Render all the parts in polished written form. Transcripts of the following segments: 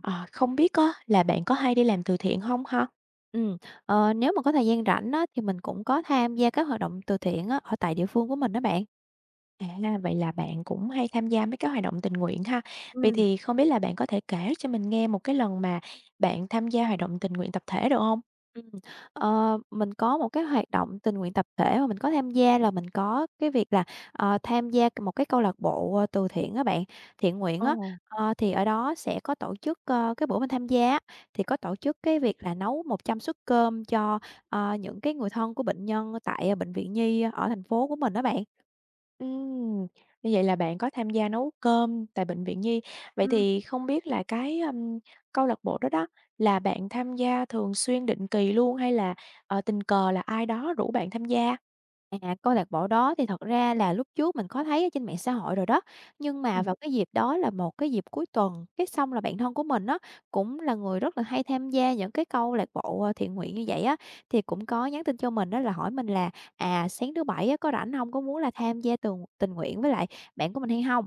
Ờ, Không biết á là bạn có hay đi làm từ thiện không ha? Ừm, Nếu mà có thời gian rảnh á, thì mình cũng có tham gia các hoạt động từ thiện á, ở tại địa phương của mình đó bạn. À, vậy là bạn cũng hay tham gia mấy cái hoạt động tình nguyện ha. Vậy Ừm, thì không biết là bạn có thể kể cho mình nghe một cái lần mà bạn tham gia hoạt động tình nguyện tập thể được không? ừm, mình có một cái hoạt động tình nguyện tập thể mà mình có tham gia là mình có cái việc là, tham gia một cái câu lạc bộ, từ thiện á bạn, thiện nguyện Ồ. á. Thì ở đó sẽ có tổ chức, cái bữa mình tham gia á, thì có tổ chức cái việc là nấu 100 suất cơm cho, những cái người thân của bệnh nhân tại bệnh viện Nhi ở thành phố của mình đó bạn. ừm, Như vậy là bạn có tham gia nấu cơm tại bệnh viện Nhi. Vậy thì không biết là cái, câu lạc bộ đó đó là bạn tham gia thường xuyên định kỳ luôn hay là, tình cờ là ai đó rủ bạn tham gia? À, câu lạc bộ đó thì thật ra là lúc trước mình có thấy ở trên mạng xã hội rồi đó, nhưng mà Ừm. vào cái dịp đó là một cái dịp cuối tuần, cái xong là bạn thân của mình á, cũng là người rất là hay tham gia những cái câu lạc bộ, thiện nguyện như vậy á, thì cũng có nhắn tin cho mình đó là hỏi mình là "À, sáng thứ Bảy á, có rảnh không? Có muốn là tham gia tường tình nguyện với lại bạn của mình hay không?"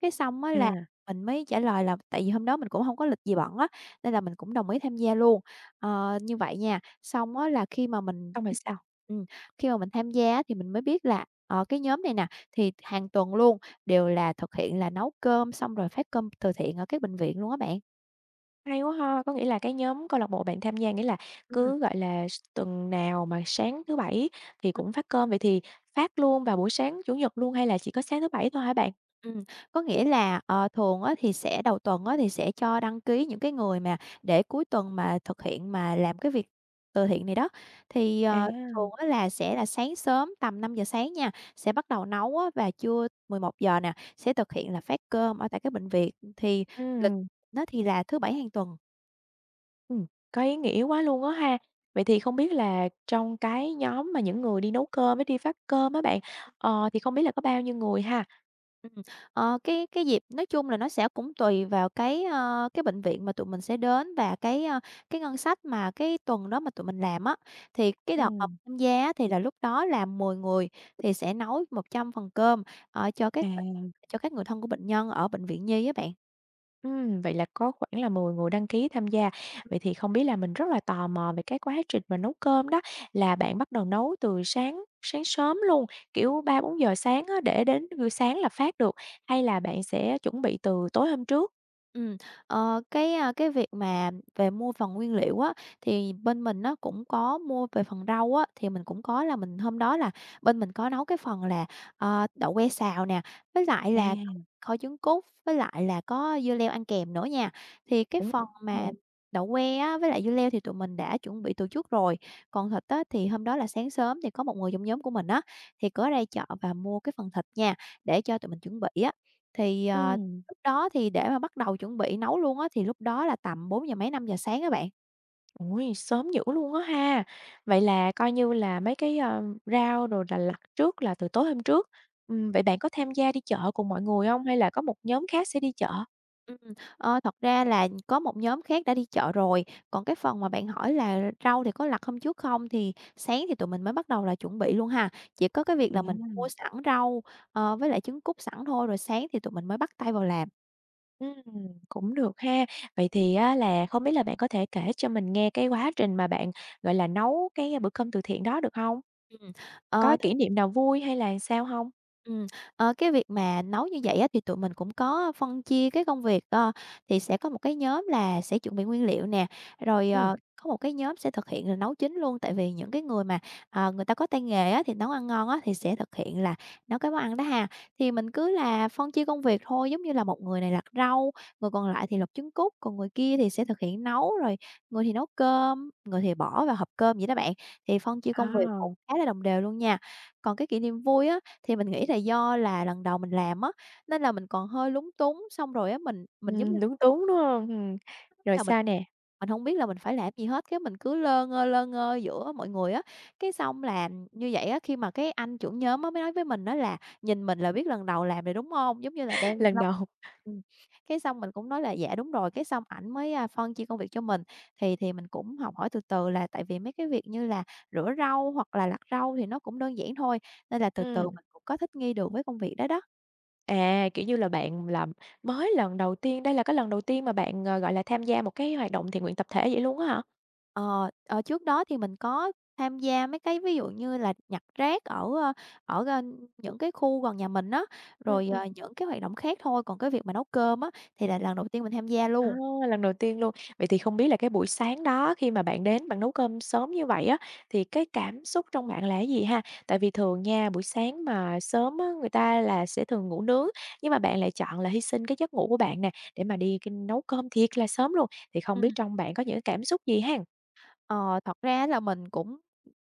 Cái xong á là À, mình mới trả lời là tại vì hôm đó mình cũng không có lịch gì bận á, nên là mình cũng đồng ý tham gia luôn. Như vậy nha, xong á là khi mà mình xong rồi sao? ừm. Khi mà mình tham gia á thì mình mới biết là, cái nhóm này nè, thì hàng tuần luôn đều là thực hiện là nấu cơm xong rồi phát cơm từ thiện ở các bệnh viện luôn á bạn. Hay quá ha, có nghĩa là cái nhóm câu lạc bộ bạn tham gia nghĩa là Ừm, cứ, gọi là, tuần nào mà sáng thứ Bảy thì ừm, cũng phát cơm, vậy thì phát luôn vào buổi sáng Chủ nhật luôn hay là chỉ có sáng thứ Bảy thôi hả bạn? ừm, có nghĩa là, thường á thì sẽ đầu tuần á thì sẽ cho đăng ký những cái người mà để cuối tuần mà thực hiện mà làm cái việc từ thiện này đó. Thì, À. Thường á là sẽ là sáng sớm tầm năm giờ sáng nha, sẽ bắt đầu nấu á và trưa 11 giờ nè, sẽ thực hiện là phát cơm ở tại các bệnh viện. Thì lịch ừm, nó thì là thứ Bảy hàng tuần. ừm, có ý nghĩa quá luôn á ha. Vậy thì không biết là trong cái nhóm mà những người đi nấu cơm với đi phát cơm á bạn, thì không biết là có bao nhiêu người ha? Ừm, cái dịp nói chung là nó sẽ cũng tùy vào cái, cái bệnh viện mà tụi mình sẽ đến và cái, cái ngân sách mà cái tuần đó mà tụi mình làm á. Thì cái đợt mà Ừm. tham gia á thì là lúc đó là 10 người thì sẽ nấu 100 phần cơm, cho các bệnh À. cho các người thân của bệnh nhân ở bệnh viện nhi á bạn. Vậy là có khoảng là 10 người đăng ký tham gia. Vậy thì không biết là mình rất là tò mò về cái quá trình mà nấu cơm đó, là bạn bắt đầu nấu từ sáng sáng sớm luôn, kiểu 3 4 giờ sáng á, để đến buổi sáng là phát được, hay là bạn sẽ chuẩn bị từ tối hôm trước? Ừm, cái, cái việc mà về mua phần nguyên liệu á, thì bên mình nó cũng có mua về phần rau á, thì mình cũng có là mình hôm đó là bên mình có nấu cái phần là, đậu que xào nè, với lại là có À, kho trứng cút, với lại là có dưa leo ăn kèm nữa nha. Thì cái cũng phần nè. mà đậu que á, với lại dưa leo thì tụi mình đã chuẩn bị từ trước rồi, còn thịt á thì hôm đó là sáng sớm thì có một người trong nhóm của mình á, thì có ra chợ và mua cái phần thịt nha, để cho tụi mình chuẩn bị á. Thì, Ừm, lúc đó thì để mà bắt đầu chuẩn bị nấu luôn á, thì lúc đó là tầm 4 giờ mấy 5 giờ sáng á bạn. Ui sớm dữ luôn á ha! Vậy là coi như là mấy cái, rau rồi là lặt trước là từ tối hôm trước. Vậy bạn có tham gia đi chợ cùng mọi người không hay là có một nhóm khác sẽ đi chợ? Ừm, Thật ra là có một nhóm khác đã đi chợ rồi, còn cái phần mà bạn hỏi là rau thì có lặt hôm trước không, thì sáng thì tụi mình mới bắt đầu là chuẩn bị luôn ha. Chỉ có cái việc là mình mua sẵn rau, với lại trứng cút sẵn thôi, rồi sáng thì tụi mình mới bắt tay vào làm. Ừm, cũng được ha. Vậy thì á là không biết là bạn có thể kể cho mình nghe cái quá trình mà bạn, gọi là, nấu cái bữa cơm từ thiện đó được hông? Ừm, ờ Có kỷ niệm nào vui hay là sao hông? Ừm, cái việc mà nấu như vậy á, thì tụi mình cũng có phân chia cái công việc, thì sẽ có một cái nhóm là sẽ chuẩn bị nguyên liệu nè, rồi, Ừm. Có một cái nhóm sẽ thực hiện là nấu chính luôn. Tại vì những cái người mà, người ta có tay nghề á, thì nấu ăn ngon á, thì sẽ thực hiện là nấu cái món ăn đó ha. Thì mình cứ là phân chia công việc thôi, giống như là một người này lặt rau, người còn lại thì lột trứng cút, còn người kia thì sẽ thực hiện nấu, rồi người thì nấu cơm, người thì bỏ vào hộp cơm vậy đó bạn. Thì phân chia À, công việc cũng khá là đồng đều luôn nha. Còn cái kỷ niệm vui á thì mình nghĩ là do là lần đầu mình làm á, nên là mình còn hơi lúng túng, xong rồi á mình giống như lúng túng, đúng hông? Rồi là mình sao nè? mình hông biết là mình phải làm gì hết, cái mình cứ lơ ngơ giữa mọi người á. Cái xong là như vậy á, khi mà cái anh trưởng nhóm á mới nói với mình á là nhìn mình là biết lần đầu làm rồi, đúng hông? Giống như là đang Lần lâu đầu ừm, cái xong mình cũng nói là "Dạ, đúng rồi." Cái xong ảnh mới, phân chia công việc cho mình, thì mình cũng học hỏi từ từ là tại vì mấy cái việc như là rửa rau hoặc là lặt rau thì nó cũng đơn giản thôi, nên là từ từ ừm, mình cũng có thích nghi được với công việc đó đó. à, kiểu như là, bạn là mới lần đầu tiên đây là cái lần đầu tiên mà bạn, gọi là, tham gia một cái hoạt động thiện nguyện tập thể vậy luôn á hả? Ờ, Trước đó thì mình có tham gia mấy cái ví dụ như là nhặt rác ở, ở, những cái khu gần nhà mình á, Ừm, rồi, ừm. những cái hoạt động khác thôi, còn cái việc mà nấu cơm á thì là lần đầu tiên mình tham gia À, luôn. lần đầu tiên luôn. Vậy thì không biết là cái buổi sáng đó khi mà bạn đến bạn nấu cơm sớm như vậy á, thì cái cảm xúc trong bạn là cái gì ha? Tại vì thường nha, buổi sáng mà sớm á, người ta là sẽ thường ngủ nướng, nhưng mà bạn lại chọn là hy sinh cái giấc ngủ của bạn nè, để mà đi cái nấu cơm thiệt là sớm luôn, thì không biết Ừm. trong bạn có những cái cảm xúc gì ha? Ờ, Thật ra là mình cũng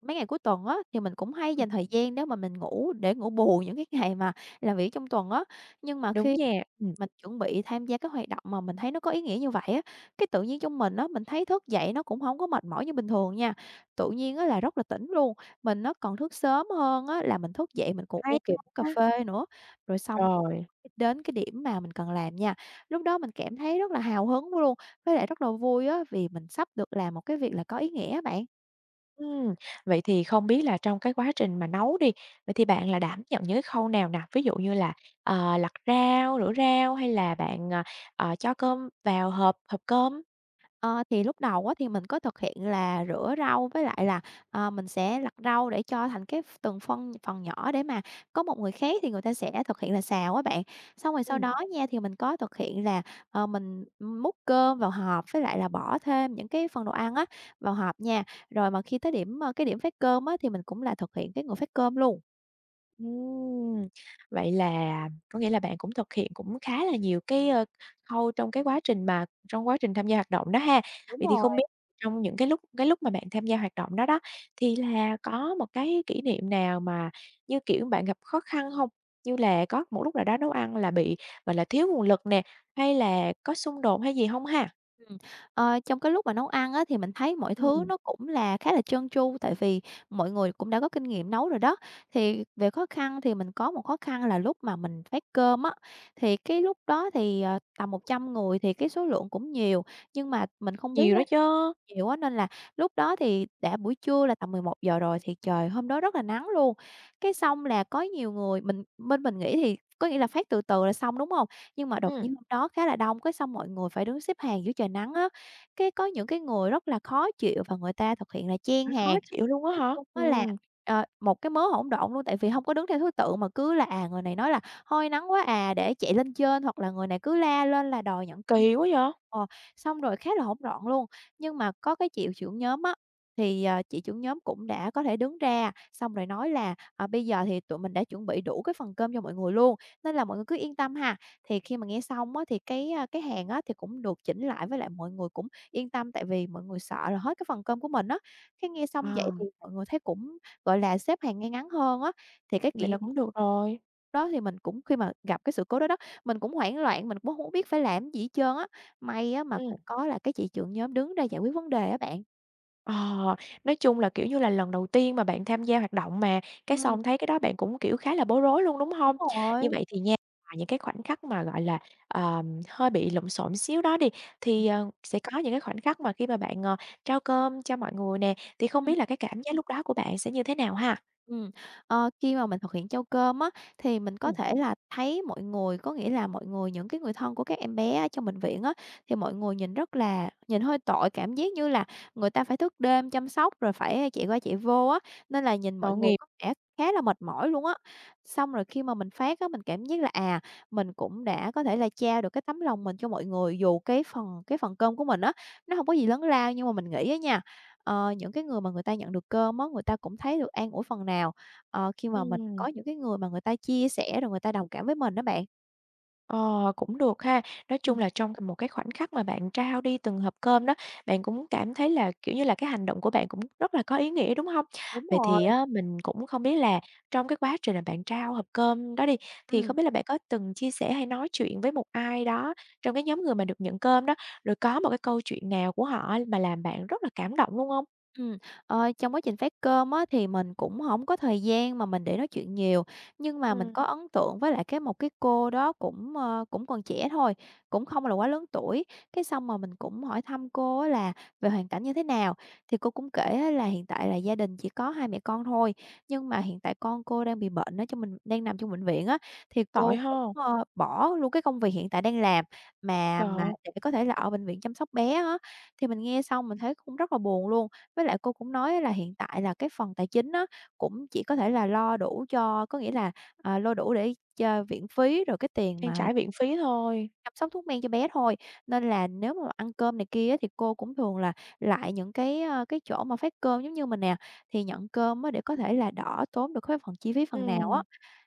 mấy ngày cuối tuần á, thì mình cũng hay Ừm, dành thời gian để mà mình ngủ để ngủ bù những cái ngày mà làm việc trong tuần á, nhưng mà đúng khi nha, ừm, mình chuẩn bị tham gia các hoạt động mà mình thấy nó có ý nghĩa như vậy á, cái tự nhiên trong mình á, mình thấy thức dậy nó cũng không có mệt mỏi như bình thường nha. Tự nhiên á là rất là tỉnh luôn, mình nó còn thức sớm hơn á là mình thức dậy mình còn hay kịp uống cà ha. phê nữa. Rồi xong thì Rồi. đến cái điểm mà mình cần làm nha, lúc đó mình cảm thấy rất là hào hứng luôn, với lại rất là vui á, vì mình sắp được làm một cái việc là có ý nghĩa á bạn. Ừm, Vậy thì không biết là trong cái quá trình mà nấu đi, vậy thì bạn là đảm nhận những cái khâu nào nè? Ví dụ như là, lặt rau, rửa rau hay là bạn, cho cơm vào hộp hộp cơm? Ờ, thì lúc đầu á, thì mình có thực hiện là rửa rau với lại là, mình sẽ lặt rau để cho thành cái từng phân phần nhỏ để mà có một người khác thì người ta sẽ thực hiện là xào á bạn. Xong rồi sau đó nha, thì mình có thực hiện là, mình múc cơm vào hộp với lại là bỏ thêm những cái phần đồ ăn á, vào hộp nha. Rồi mà khi tới điểm, cái điểm phát cơm á, thì mình cũng là thực hiện cái người phát cơm luôn. Ừm, Vậy là có nghĩa là bạn cũng thực hiện cũng khá là nhiều cái, khâu trong quá trình tham gia hoạt động đó ha. Đúng Vậy thì rồi. không biết trong những cái lúc mà bạn tham gia hoạt động đó đó, thì là có một cái kỷ niệm nào mà, như kiểu, bạn gặp khó khăn không? Như là có một lúc nào đó nấu ăn là bị, gọi là, thiếu nguồn lực nè, hay là có xung đột hay gì không ha? Ừm, Trong cái lúc mà nấu ăn á, thì mình thấy mọi thứ Ừm, nó cũng là khá là trơn tru, tại vì mọi người cũng đã có kinh nghiệm nấu rồi đó. Thì về khó khăn thì mình có một khó khăn là lúc mà mình phát cơm á, thì cái lúc đó thì, tầm 100 người thì cái số lượng cũng nhiều, nhưng mà mình không biết nhiều đó á chứ. nhiều á, nên là lúc đó thì đã buổi trưa là tầm 11 giờ rồi thì trời hôm đó rất là nắng luôn. Cái xong là có nhiều người mình bên mình nghĩ thì có nghĩa là phát từ từ là xong, đúng hông? Nhưng mà đột Ừm, nhiên hôm đó khá là đông, cái xong mọi người phải đứng xếp hàng dưới trời nắng á. Cái có những cái người rất là khó chịu và người ta thực hiện là chen khó hàng. chịu luôn á Nói hả? chung á là, một cái mớ hỗn độn luôn, tại vì hông có đứng theo thứ tự mà cứ là, người này nói là "Hôi nắng quá à" để chạy lên trên, hoặc là người này cứ la lên là đòi nhận cơm. Kỳ quá vậy! Ờ, Xong rồi khá là hỗn loạn luôn. Nhưng mà có cái chị trưởng nhóm á, thì, chị trưởng nhóm cũng đã có thể đứng ra, xong rồi nói là "À, bây giờ thì tụi mình đã chuẩn bị đủ cái phần cơm cho mọi người luôn, nên là mọi người cứ yên tâm ha." Thì khi mà nghe xong á, thì cái hàng á, thì cũng được chỉnh lại với lại mọi người cũng yên tâm, tại vì mọi người sợ là hết cái phần cơm của mình á. Cái nghe Ờ, xong vậy thì mọi người thấy cũng, gọi là, xếp hàng ngay ngắn hơn á, thì cái vậy kỷ là cũng được rồi. đó thì mình cũng khi mà gặp cái sự cố đó đó, mình cũng hoảng loạn, mình cũng hổng biết phải làm gì hết trơn á. May á mà Ừm. cũng có là cái chị trưởng nhóm đứng ra giải quyết vấn đề á bạn. Ờ, nói chung là, kiểu như là, lần đầu tiên mà bạn tham gia hoạt động mà, cái Ừm, xong thấy cái đó bạn cũng, kiểu, khá là bối rối luôn, đúng đúng không? rồi. Như vậy thì nha, ngoài những cái khoảnh khắc mà, gọi là, hơi bị lộn xộn xíu đó đi, thì, sẽ có những cái khoảnh khắc mà khi mà bạn, trao cơm cho mọi người nè, thì không Ừm. biết là cái cảm giác lúc đó của bạn sẽ như thế nào ha? Ừm, Khi mà mình thực hiện trâu cơm á, thì mình có Ừm, thể là thấy mọi người, có nghĩa là mọi người những cái người thân của các em bé ở trong bệnh viện á, thì mọi người nhìn rất là nhìn hơi tội, cảm giác như là người ta phải thức đêm chăm sóc rồi phải chạy qua chạy vô á, nên là nhìn mọi tội người nghiệp. có vẻ khá là mệt mỏi luôn á. Xong rồi khi mà mình phát á, mình cảm giác là, mình cũng đã có thể là trao được cái tấm lòng mình cho mọi người, dù cái phần cơm của mình á, nó không có gì lớn lao nhưng mà mình nghĩ á nha. Những cái người mà người ta nhận được cơm á, người ta cũng thấy được an ủi phần nào, khi mà mình Ừm. có những cái người mà người ta chia sẻ rồi người ta đồng cảm với mình đó bạn. Ờ, cũng được ha. Nói Ừm. chung là trong một cái khoảnh khắc mà bạn trao đi từng hộp cơm đó, bạn cũng cảm thấy là, kiểu như là, cái hành động của bạn cũng rất là có ý nghĩa, đúng không? Đúng Vậy thì rồi. á, mình cũng không biết là trong cái quá trình là bạn trao hộp cơm đó đi, thì Ừm. không biết là bạn có từng chia sẻ hay nói chuyện với một ai đó trong cái nhóm người mà được nhận cơm đó, rồi có một cái câu chuyện nào của họ mà làm bạn rất là cảm động luôn không? Ừm, Trong quá trình phát cơm á, thì mình cũng không có thời gian mà mình để nói chuyện nhiều, nhưng mà mình Ừm, có ấn tượng với lại một cái cô đó cũng, cũng còn trẻ thôi, cũng không là quá lớn tuổi. Cái xong mà mình cũng hỏi thăm cô á là về hoàn cảnh như thế nào, thì cô cũng kể á là hiện tại là gia đình chỉ có hai mẹ con thôi, nhưng mà hiện tại con cô đang bị bệnh ở trong mình đang nằm trong bệnh viện á, thì tội cô cũng, ho. Bỏ luôn cái công việc hiện tại đang làm mà Trời mà ơi, để có thể là ở bệnh viện chăm sóc bé á. Thì mình nghe xong mình thấy cũng rất là buồn luôn, với lại cô cũng nói là hiện tại là cái phần tài chính á, cũng chỉ có thể là lo đủ cho có nghĩa là, lo đủ để cho viện phí, rồi cái tiền trang mà trải viện phí thôi. chăm sóc thuốc men cho bé thôi. Nên là nếu mà ăn cơm này kia á, thì cô cũng thường là lại những cái chỗ mà phát cơm giống như mình nè, thì nhận cơm á để có thể là đỡ tốn được cái phần chi phí phần nào Ừm, á.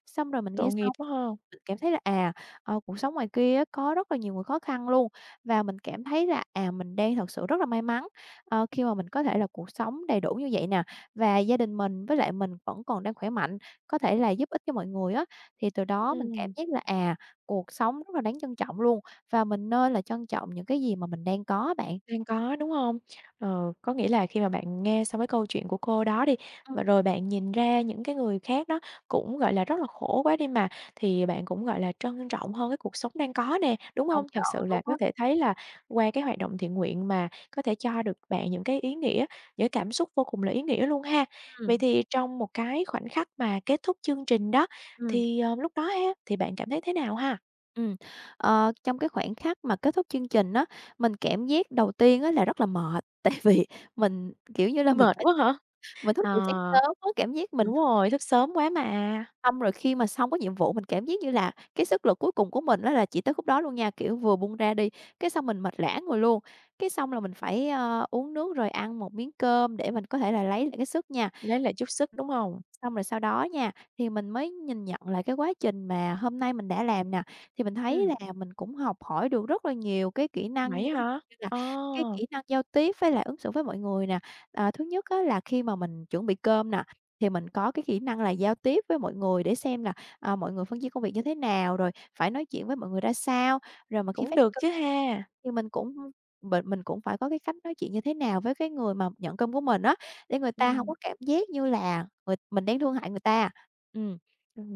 Xong rồi mình nghe tội nghiệp xong quá ha. mình cảm thấy là, cuộc sống ngoài kia á, có rất là nhiều người khó khăn luôn, và mình cảm thấy là, mình đang thật sự rất là may mắn, khi mà mình có thể là cuộc sống đầy đủ như vậy nè, và gia đình mình với lại mình vẫn còn đang khỏe mạnh, có thể là giúp ích cho mọi người á. Thì từ đó mình cảm Ừm. giác là, cuộc sống rất là đáng trân trọng luôn, và mình nên là trân trọng những cái gì mà mình đang có bạn. Đang có, đúng hông? Ờ, có nghĩa là khi mà bạn nghe xong cái câu chuyện của cô đó đi, Ừm, và rồi bạn nhìn ra những cái người khác đó cũng, gọi là, rất là khổ quá đi mà, thì bạn cũng, gọi là, trân trọng hơn cái cuộc sống đang có nè, đúng công hông? nhận, Thật sự là đúng có á. thể thấy là qua cái hoạt động thiện nguyện mà có thể cho được bạn những cái ý nghĩa, những cái cảm xúc vô cùng là ý nghĩa luôn ha. Ừm, Vậy thì trong một cái khoảnh khắc mà kết thúc chương trình đó, ừm. thì, lúc đó ha, thì bạn cảm thấy thế nào ha? Ừm, Trong cái khoảnh khắc mà kết thúc chương trình á, mình cảm giác đầu tiên á là rất là mệt, tại vì mình, kiểu như là, Mệt quá hả? mình thức Ờ, từ sáng sớm á, cảm giác mình đúng thức từ rồi, sáng thức sớm. sớm quá mà. Xong rồi khi mà xong cái nhiệm vụ mình cảm giác như là cái sức lực cuối cùng của mình á là chỉ tới khúc đó luôn nha, kiểu, vừa buông ra đi, cái xong mình mệt lả người luôn. Cái xong là mình phải, uống nước rồi ăn một miếng cơm để mình có thể là lấy lại cái sức nha. Lấy lại chút sức, Ừm. đúng hông? Xong rồi sau đó nha, thì mình mới nhìn nhận lại cái quá trình mà hôm nay mình đã làm nè, thì mình thấy Ừm, là mình cũng học hỏi được rất là nhiều cái kỹ năng vậy á hả? như là Ờ, cái kỹ năng giao tiếp với lại ứng xử với mọi người nè. Thứ nhất á là khi mà mình chuẩn bị cơm nè, thì mình có cái kỹ năng là giao tiếp với mọi người để xem là, mọi người phân chia công việc như thế nào, rồi phải nói chuyện với mọi người ra sao. Rồi mà khi cũng phát được cơm chứ ha. thì mình cũng phải có cái cách nói chuyện như thế nào với cái người mà nhận cơm của mình á, để người ta không Ừm, có cảm giác như là người mình đang thương hại người ta. Ừm.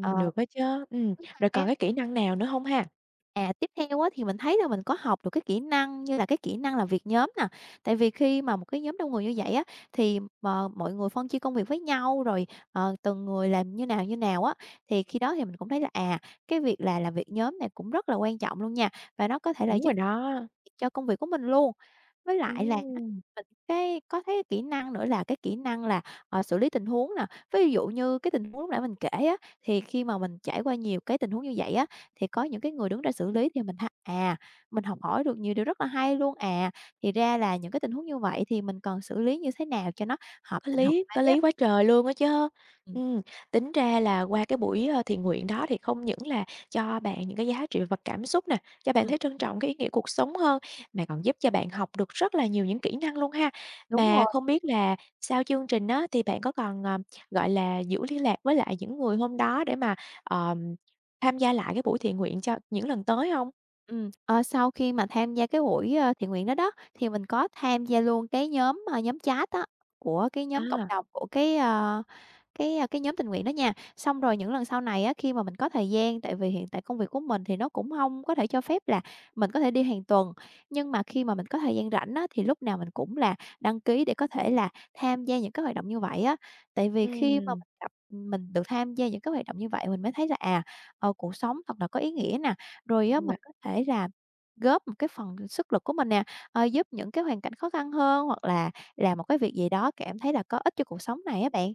Ờ. được đó chứ. Thứ hai Rồi còn á cái kỹ năng nào nữa hông ha? À, Tiếp theo á, thì mình thấy là mình có học được cái kỹ năng như là cái kỹ năng làm việc nhóm nè. Tại vì khi mà một cái nhóm đông người như vậy á, thì mà mọi người phân chia công việc với nhau rồi từng người làm như nào á, thì khi đó thì mình cũng thấy là cái việc là làm việc nhóm này cũng rất là quan trọng luôn nha. Và nó có thể là Đúng giúp rồi đó. cho công việc của mình luôn. Với lại là á, Ừm. mình cái có thấy kỹ năng nữa là cái kỹ năng là, xử lý tình huống nè. Ví dụ như cái tình huống lúc nãy mình kể á, thì khi mà mình trải qua nhiều cái tình huống như vậy á, thì có những cái người đứng ra xử lý thì mình ha mình học hỏi được nhiều điều rất là hay luôn. Thì ra là những cái tình huống như vậy thì mình cần xử lý như thế nào cho nó hợp tình hợp Có lý á. lý quá trời luôn á chứ. Ừm, Ừm, Tính ra là qua cái buổi, thiện nguyện đó thì không những là cho bạn những cái giá trị vật cảm xúc nè, cho bạn ừm, thấy trân trọng cái ý nghĩa cuộc sống hơn, mà còn giúp cho bạn học được rất là nhiều những kỹ năng luôn ha. đúng Mà rồi. không biết là sau chương trình đó thì bạn có còn, gọi là, giữ liên lạc với lại những người hôm đó để mà, ờm, tham gia lại cái buổi thiện nguyện cho những lần tới không? Ờ, Sau khi mà tham gia cái buổi, thiện nguyện đó đó, thì mình có tham gia luôn cái nhóm chat á, của cái nhóm cộng À, đồng của cái, ờ, cái, a, cái nhóm tình nguyện đó nha. Xong rồi những lần sau này á, khi mà mình có thời gian, tại vì hiện tại công việc của mình thì nó cũng không có thể cho phép là mình có thể đi hàng tuần, nhưng mà khi mà mình có thời gian rảnh á, thì lúc nào mình cũng là đăng ký để có thể là tham gia những cái hoạt động như vậy á. Tại vì khi mà mình được tham gia những cái hoạt động như vậy, mình mới thấy là, cuộc sống thật là có ý nghĩa nè. Rồi á, ừm. mình có thể là góp một cái phần sức lực của mình nè, giúp những cái hoàn cảnh khó khăn hơn, hoặc là làm một cái việc gì đó cảm thấy là có ích cho cuộc sống này á bạn.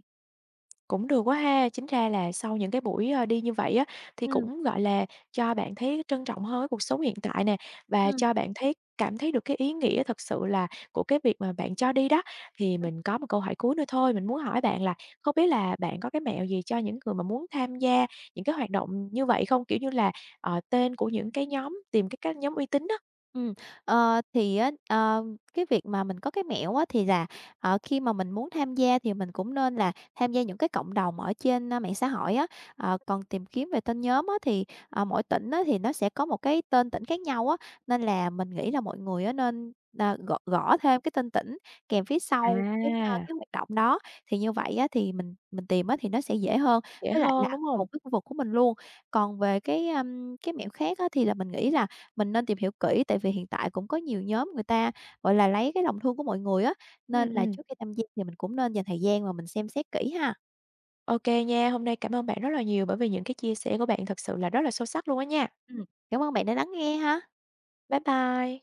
Cũng được quá ha, chính ra là sau những cái buổi, đi như vậy á, thì cũng, gọi là, cho bạn thấy trân trọng hơn cái cuộc sống hiện tại nè, và Ừm. cho bạn thấy cảm thấy được cái ý nghĩa thật sự là của cái việc mà bạn cho đi đó. Thì mình có một câu hỏi cuối nữa thôi, mình muốn hỏi bạn là không biết là bạn có cái mẹo gì cho những người mà muốn tham gia những cái hoạt động như vậy không? Kiểu như là, tên của những cái nhóm tìm cái các nhóm uy tín đó. ừ thì á, cái việc mà mình có cái mẹo á, thì là, khi mà mình muốn tham gia thì mình cũng nên là tham gia những cái cộng đồng ở trên, mạng xã hội á. Còn tìm kiếm về tên nhóm á, thì, mỗi tỉnh á, thì nó sẽ có một cái tên tỉnh khác nhau á, nên là mình nghĩ là mọi người á, nên, gõ gõ thêm cái tên tỉnh kèm phía sau cái, a, À. cái hoạt động đó, thì như vậy á, thì mình tìm á, thì nó sẽ dễ hơn, Dễ với lại là hơn, đúng không? cùng cái khu vực của mình luôn. Còn về cái mẹo khác á, thì là mình nghĩ là mình nên tìm hiểu kỹ tại vì hiện tại cũng có nhiều nhóm người ta, gọi là, lấy cái lòng thương của mọi người á, Ừm, nên là ừm, trước khi tham gia thì mình cũng nên dành thời gian mà mình xem xét kỹ ha. ô nha, hôm nay cảm ơn bạn rất là nhiều bởi vì những cái chia sẻ của bạn thật sự là rất là sâu sắc luôn á nha. Cảm ơn bạn đã lắng nghe ha. Bye bye.